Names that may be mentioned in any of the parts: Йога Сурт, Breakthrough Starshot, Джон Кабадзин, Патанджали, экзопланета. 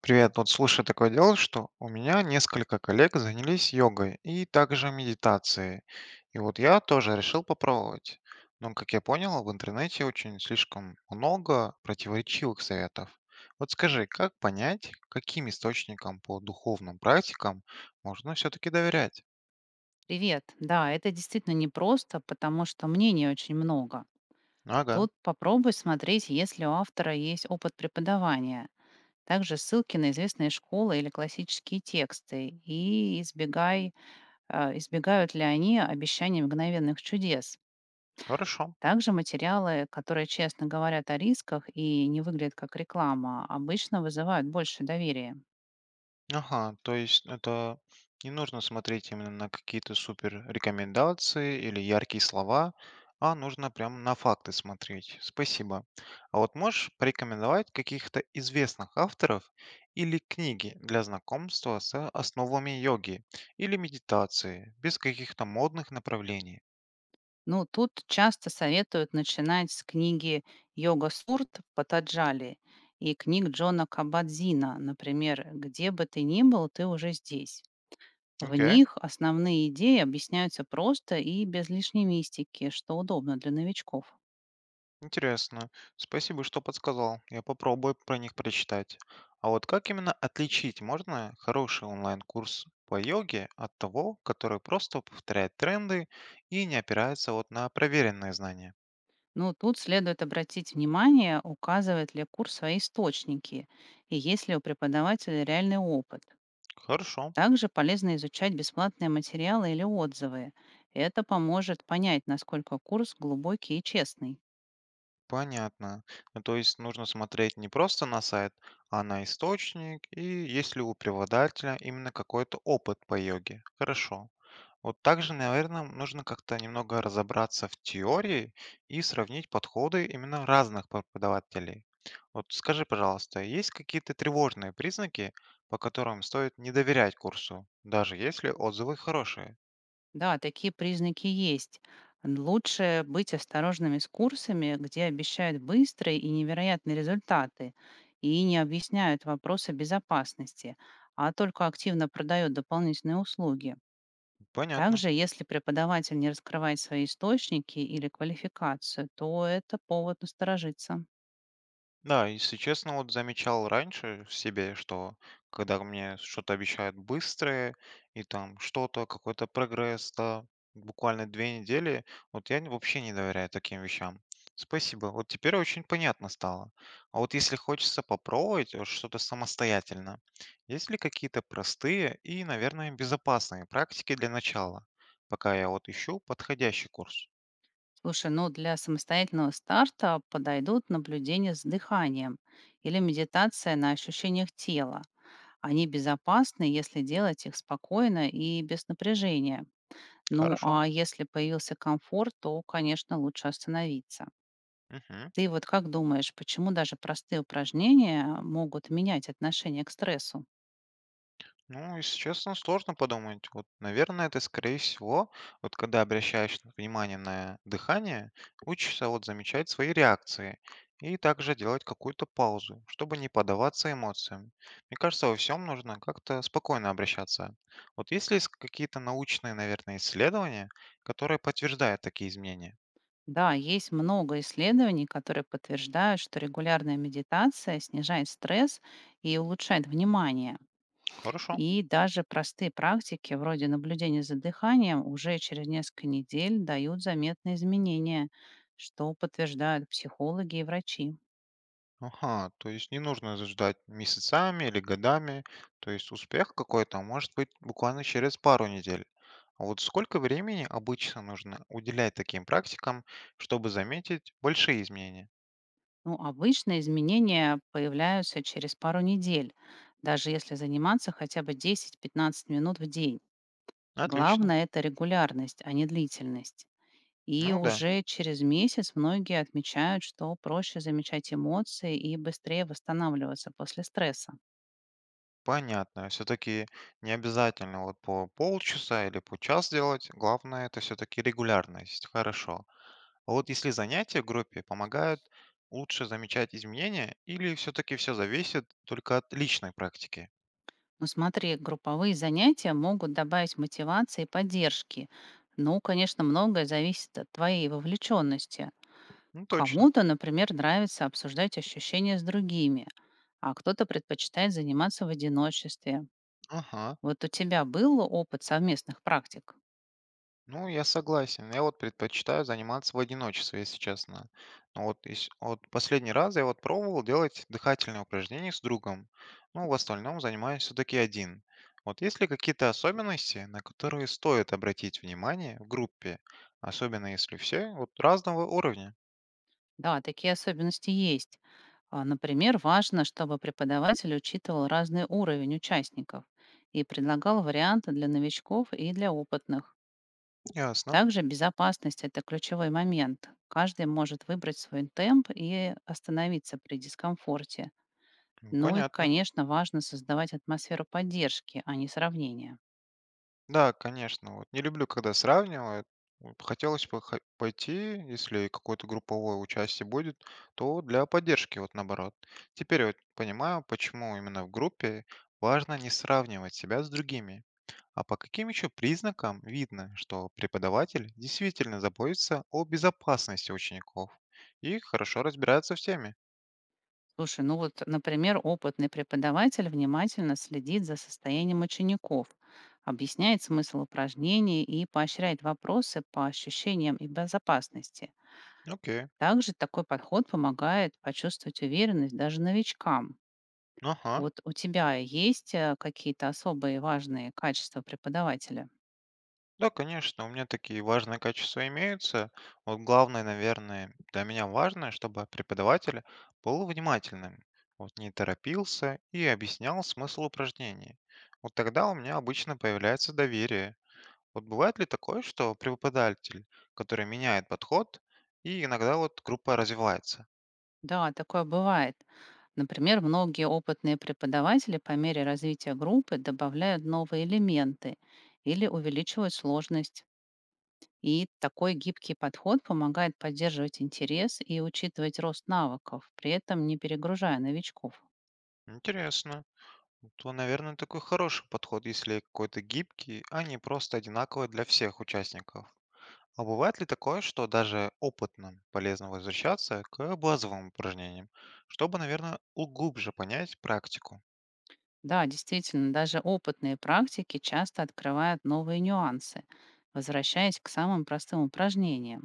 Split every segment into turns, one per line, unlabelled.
Привет, вот слушай, такое дело, что у меня несколько коллег занялись йогой и также медитацией. И вот я тоже решил попробовать. Но, как я понял, в интернете очень слишком много противоречивых советов. Вот скажи, как понять, каким источникам по духовным практикам можно все-таки доверять?
Привет. Да, это действительно непросто, потому что мнений очень много.
Ага,
Тут попробуй смотреть, если у автора есть опыт преподавания. Также ссылки на известные школы или классические тексты. Избегают ли они обещаний мгновенных чудес.
хорошо.
Также материалы, которые честно говорят о рисках и не выглядят как реклама, обычно вызывают больше доверия.
Ага, то есть это не нужно смотреть именно на какие-то супер рекомендации или яркие слова, а нужно прям на факты смотреть. Спасибо. А вот можешь порекомендовать каких-то известных авторов или книги для знакомства с основами йоги или медитации, без каких-то модных направлений?
Ну, тут часто советуют начинать с книги «Йога Сурт» Патаджали и книг Джона Кабадзина, например, «Где бы ты ни был, ты уже здесь». В
Окей.
них основные идеи объясняются просто и без лишней мистики, что удобно для новичков.
Интересно. Спасибо, что подсказал. Я попробую про них прочитать. А вот как именно отличить можно хороший онлайн-курс по йоге от того, который просто повторяет тренды и не опирается вот на проверенные знания?
Ну, тут следует обратить внимание, указывает ли курс свои источники и есть ли у преподавателя реальный опыт.
Хорошо,
Также полезно изучать бесплатные материалы или отзывы. Это поможет понять, насколько курс глубокий и честный.
понятно. Ну, то есть нужно смотреть не просто на сайт, а на источник и есть ли у преподавателя именно какой-то опыт по йоге. Хорошо. Вот также, наверное, нужно как-то немного разобраться в теории и сравнить подходы именно разных преподавателей. Вот скажи, пожалуйста, есть какие-то тревожные признаки, по которым стоит не доверять курсу, даже если отзывы хорошие?
Да, такие признаки есть. Лучше быть осторожными с курсами, где обещают быстрые и невероятные результаты и не объясняют вопросы безопасности, а только активно продают дополнительные услуги.
Понятно.
Также, если преподаватель не раскрывает свои источники или квалификацию, то это повод насторожиться.
Да, если честно, вот замечал раньше в себе, что когда мне что-то обещают быстрое, и там что-то, какой-то прогресс, да, буквально две недели, вот я вообще не доверяю таким вещам. Спасибо. Вот теперь очень понятно стало. А вот если хочется попробовать вот что-то самостоятельно, есть ли какие-то простые и, наверное, безопасные практики для начала, пока я вот ищу подходящий курс?
Слушай, ну для самостоятельного старта подойдут наблюдение с дыханием или медитация на ощущениях тела. Они безопасны, если делать их спокойно и без напряжения. Ну
Хорошо.
а если появился комфорт, то, конечно, лучше остановиться.
Мгм.
Ты вот как думаешь, почему даже простые упражнения могут менять отношение к стрессу?
Ну, если честно, сложно подумать. Вот, наверное, это, скорее всего, вот когда обращаешь внимание на дыхание, учишься вот замечать свои реакции и также делать какую-то паузу, чтобы не поддаваться эмоциям. Мне кажется, во всем нужно как-то спокойно обращаться. Вот есть ли какие-то научные, наверное, исследования, которые подтверждают такие изменения?
Да, есть много исследований, которые подтверждают, что регулярная медитация снижает стресс и улучшает внимание.
Хорошо.
И даже простые практики, вроде наблюдения за дыханием, уже через несколько недель дают заметные изменения, что подтверждают психологи и врачи.
Ага, то есть не нужно ждать месяцами или годами, то есть успех какой-то может быть буквально через пару недель. А вот сколько времени обычно нужно уделять таким практикам, чтобы заметить большие изменения?
Ну, обычно изменения появляются через пару недель, даже если заниматься хотя бы 10-15 минут в день.
Отлично.
Главное — это регулярность, а не длительность. И
Ну да,
уже через месяц многие отмечают, что проще замечать эмоции и быстрее восстанавливаться после стресса.
понятно. Все-таки не обязательно вот по полчаса или по час делать. Главное это все-таки регулярность. Хорошо. А вот если занятия в группе помогают лучше замечать изменения или все-таки все зависит только от личной практики?
Ну смотри, групповые занятия могут добавить мотивации и поддержки. Ну, конечно, многое зависит от твоей вовлеченности.
Ну, точно.
Кому-то, например, нравится обсуждать ощущения с другими, а кто-то предпочитает заниматься в одиночестве.
Ага.
Вот у тебя был опыт совместных практик?
Ну, я согласен. Я вот предпочитаю заниматься в одиночестве, если честно. Но вот, вот последний раз я вот пробовал делать дыхательные упражнения с другом. Ну, в остальном занимаюсь все-таки один. Вот есть ли какие-то особенности, на которые стоит обратить внимание в группе, особенно если все вот разного уровня?
Да, такие особенности есть. Например, важно, чтобы преподаватель учитывал разный уровень участников и предлагал варианты для новичков и для опытных.
Ясно.
Также безопасность — это ключевой момент. Каждый может выбрать свой темп и остановиться при дискомфорте.
М,
Ну и,
понятно.
конечно, важно создавать атмосферу поддержки, а не сравнения.
Да, конечно. Вот не люблю, когда сравнивают. Вот хотелось бы пойти, если какое-то групповое участие будет, то для поддержки, вот наоборот. Теперь вот понимаю, почему именно в группе важно не сравнивать себя с другими. А по каким еще признакам видно, что преподаватель действительно заботится о безопасности учеников и хорошо разбирается в теме?
Слушай, ну вот, например, опытный преподаватель внимательно следит за состоянием учеников, объясняет смысл упражнений и поощряет вопросы по ощущениям и безопасности.
Окей.
Также такой подход помогает почувствовать уверенность даже новичкам.
Ага.
Вот у тебя есть какие-то особые важные качества преподавателя?
Да, конечно, у меня такие важные качества имеются. Вот главное, наверное, для меня важно, чтобы преподаватель был внимательным, вот не торопился и объяснял смысл упражнений. Вот тогда у меня обычно появляется доверие. Вот бывает ли такое, что преподаватель, который меняет подход, и иногда вот группа развивается?
Да, такое бывает. Например, многие опытные преподаватели по мере развития группы добавляют новые элементы или увеличивают сложность. И такой гибкий подход помогает поддерживать интерес и учитывать рост навыков, при этом не перегружая новичков.
Интересно. То, наверное, такой хороший подход, если какой-то гибкий, а не просто одинаковый для всех участников. А бывает ли такое, что даже опытным полезно возвращаться к базовым упражнениям, чтобы, наверное, глубже понять практику?
Да, действительно, даже опытные практики часто открывают новые нюансы, возвращаясь к самым простым упражнениям.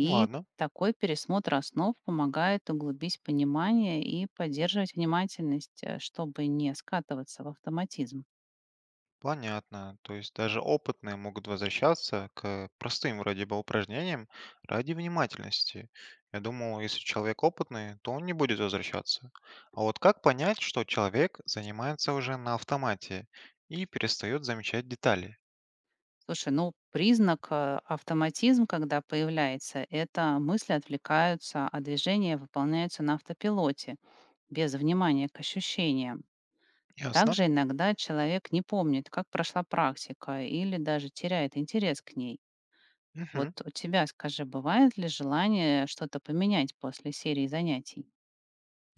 Ну ладно,
такой пересмотр основ помогает углубить понимание и поддерживать внимательность, чтобы не скатываться в автоматизм.
понятно. То есть даже опытные могут возвращаться к простым вроде бы упражнениям ради внимательности. Я думал, если человек опытный, то он не будет возвращаться. А вот как понять, что человек занимается уже на автомате и перестает замечать детали?
Слушай, ну признак автоматизм, когда появляется, это мысли отвлекаются, а движения выполняются на автопилоте, без внимания к ощущениям.
Ясно.
Также иногда человек не помнит, как прошла практика, или даже теряет интерес к ней. Вот
Мгм.
у тебя, скажи, бывает ли желание что-то поменять после серии занятий?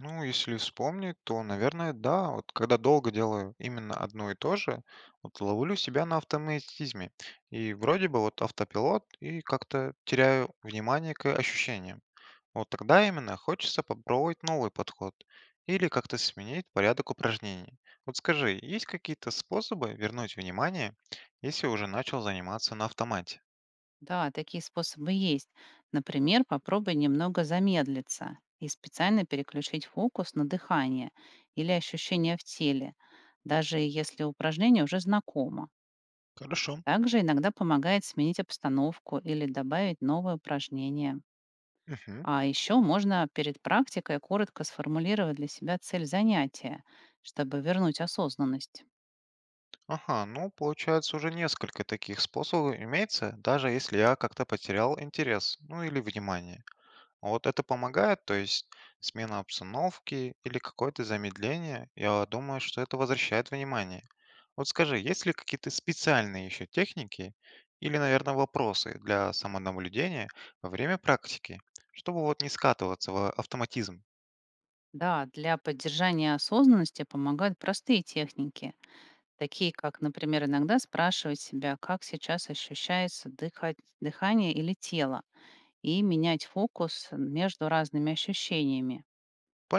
Ну, если вспомнить, то, наверное, да, вот когда долго делаю именно одно и то же, вот ловлю себя на автоматизме. И вроде бы вот автопилот, и как-то теряю внимание к ощущениям. Вот тогда именно хочется попробовать новый подход или как-то сменить порядок упражнений. Вот скажи, есть какие-то способы вернуть внимание, если уже начал заниматься на автомате?
Да, такие способы есть. Например, попробуй немного замедлиться и специально переключить фокус на дыхание или ощущения в теле, даже если упражнение уже знакомо.
Хорошо.
Также иногда помогает сменить обстановку или добавить новое упражнение.
Мгм.
А еще можно перед практикой коротко сформулировать для себя цель занятия, чтобы вернуть осознанность.
Ага, ну, получается, уже несколько таких способов имеется, даже если я как-то потерял интерес, ну или внимание. Вот это помогает, то есть смена обстановки или какое-то замедление, я думаю, что это возвращает внимание. Вот скажи, есть ли какие-то специальные еще техники или, наверное, вопросы для самонаблюдения во время практики, чтобы вот не скатываться в автоматизм?
Да, для поддержания осознанности помогают простые техники, такие как, например, иногда спрашивать себя, как сейчас ощущается дыхание или тело, и менять фокус между разными ощущениями.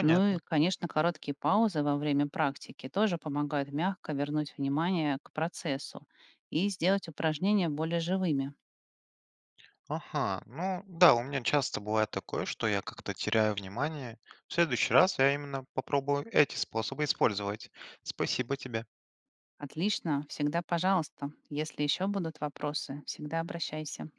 Ну и, конечно, короткие паузы во время практики тоже помогают мягко вернуть внимание к процессу и сделать упражнения более живыми.
Ага, ну да, у меня часто бывает такое, что я как-то теряю внимание. В следующий раз я именно попробую эти способы использовать. Спасибо тебе.
Отлично, всегда пожалуйста. Если еще будут вопросы, всегда обращайся.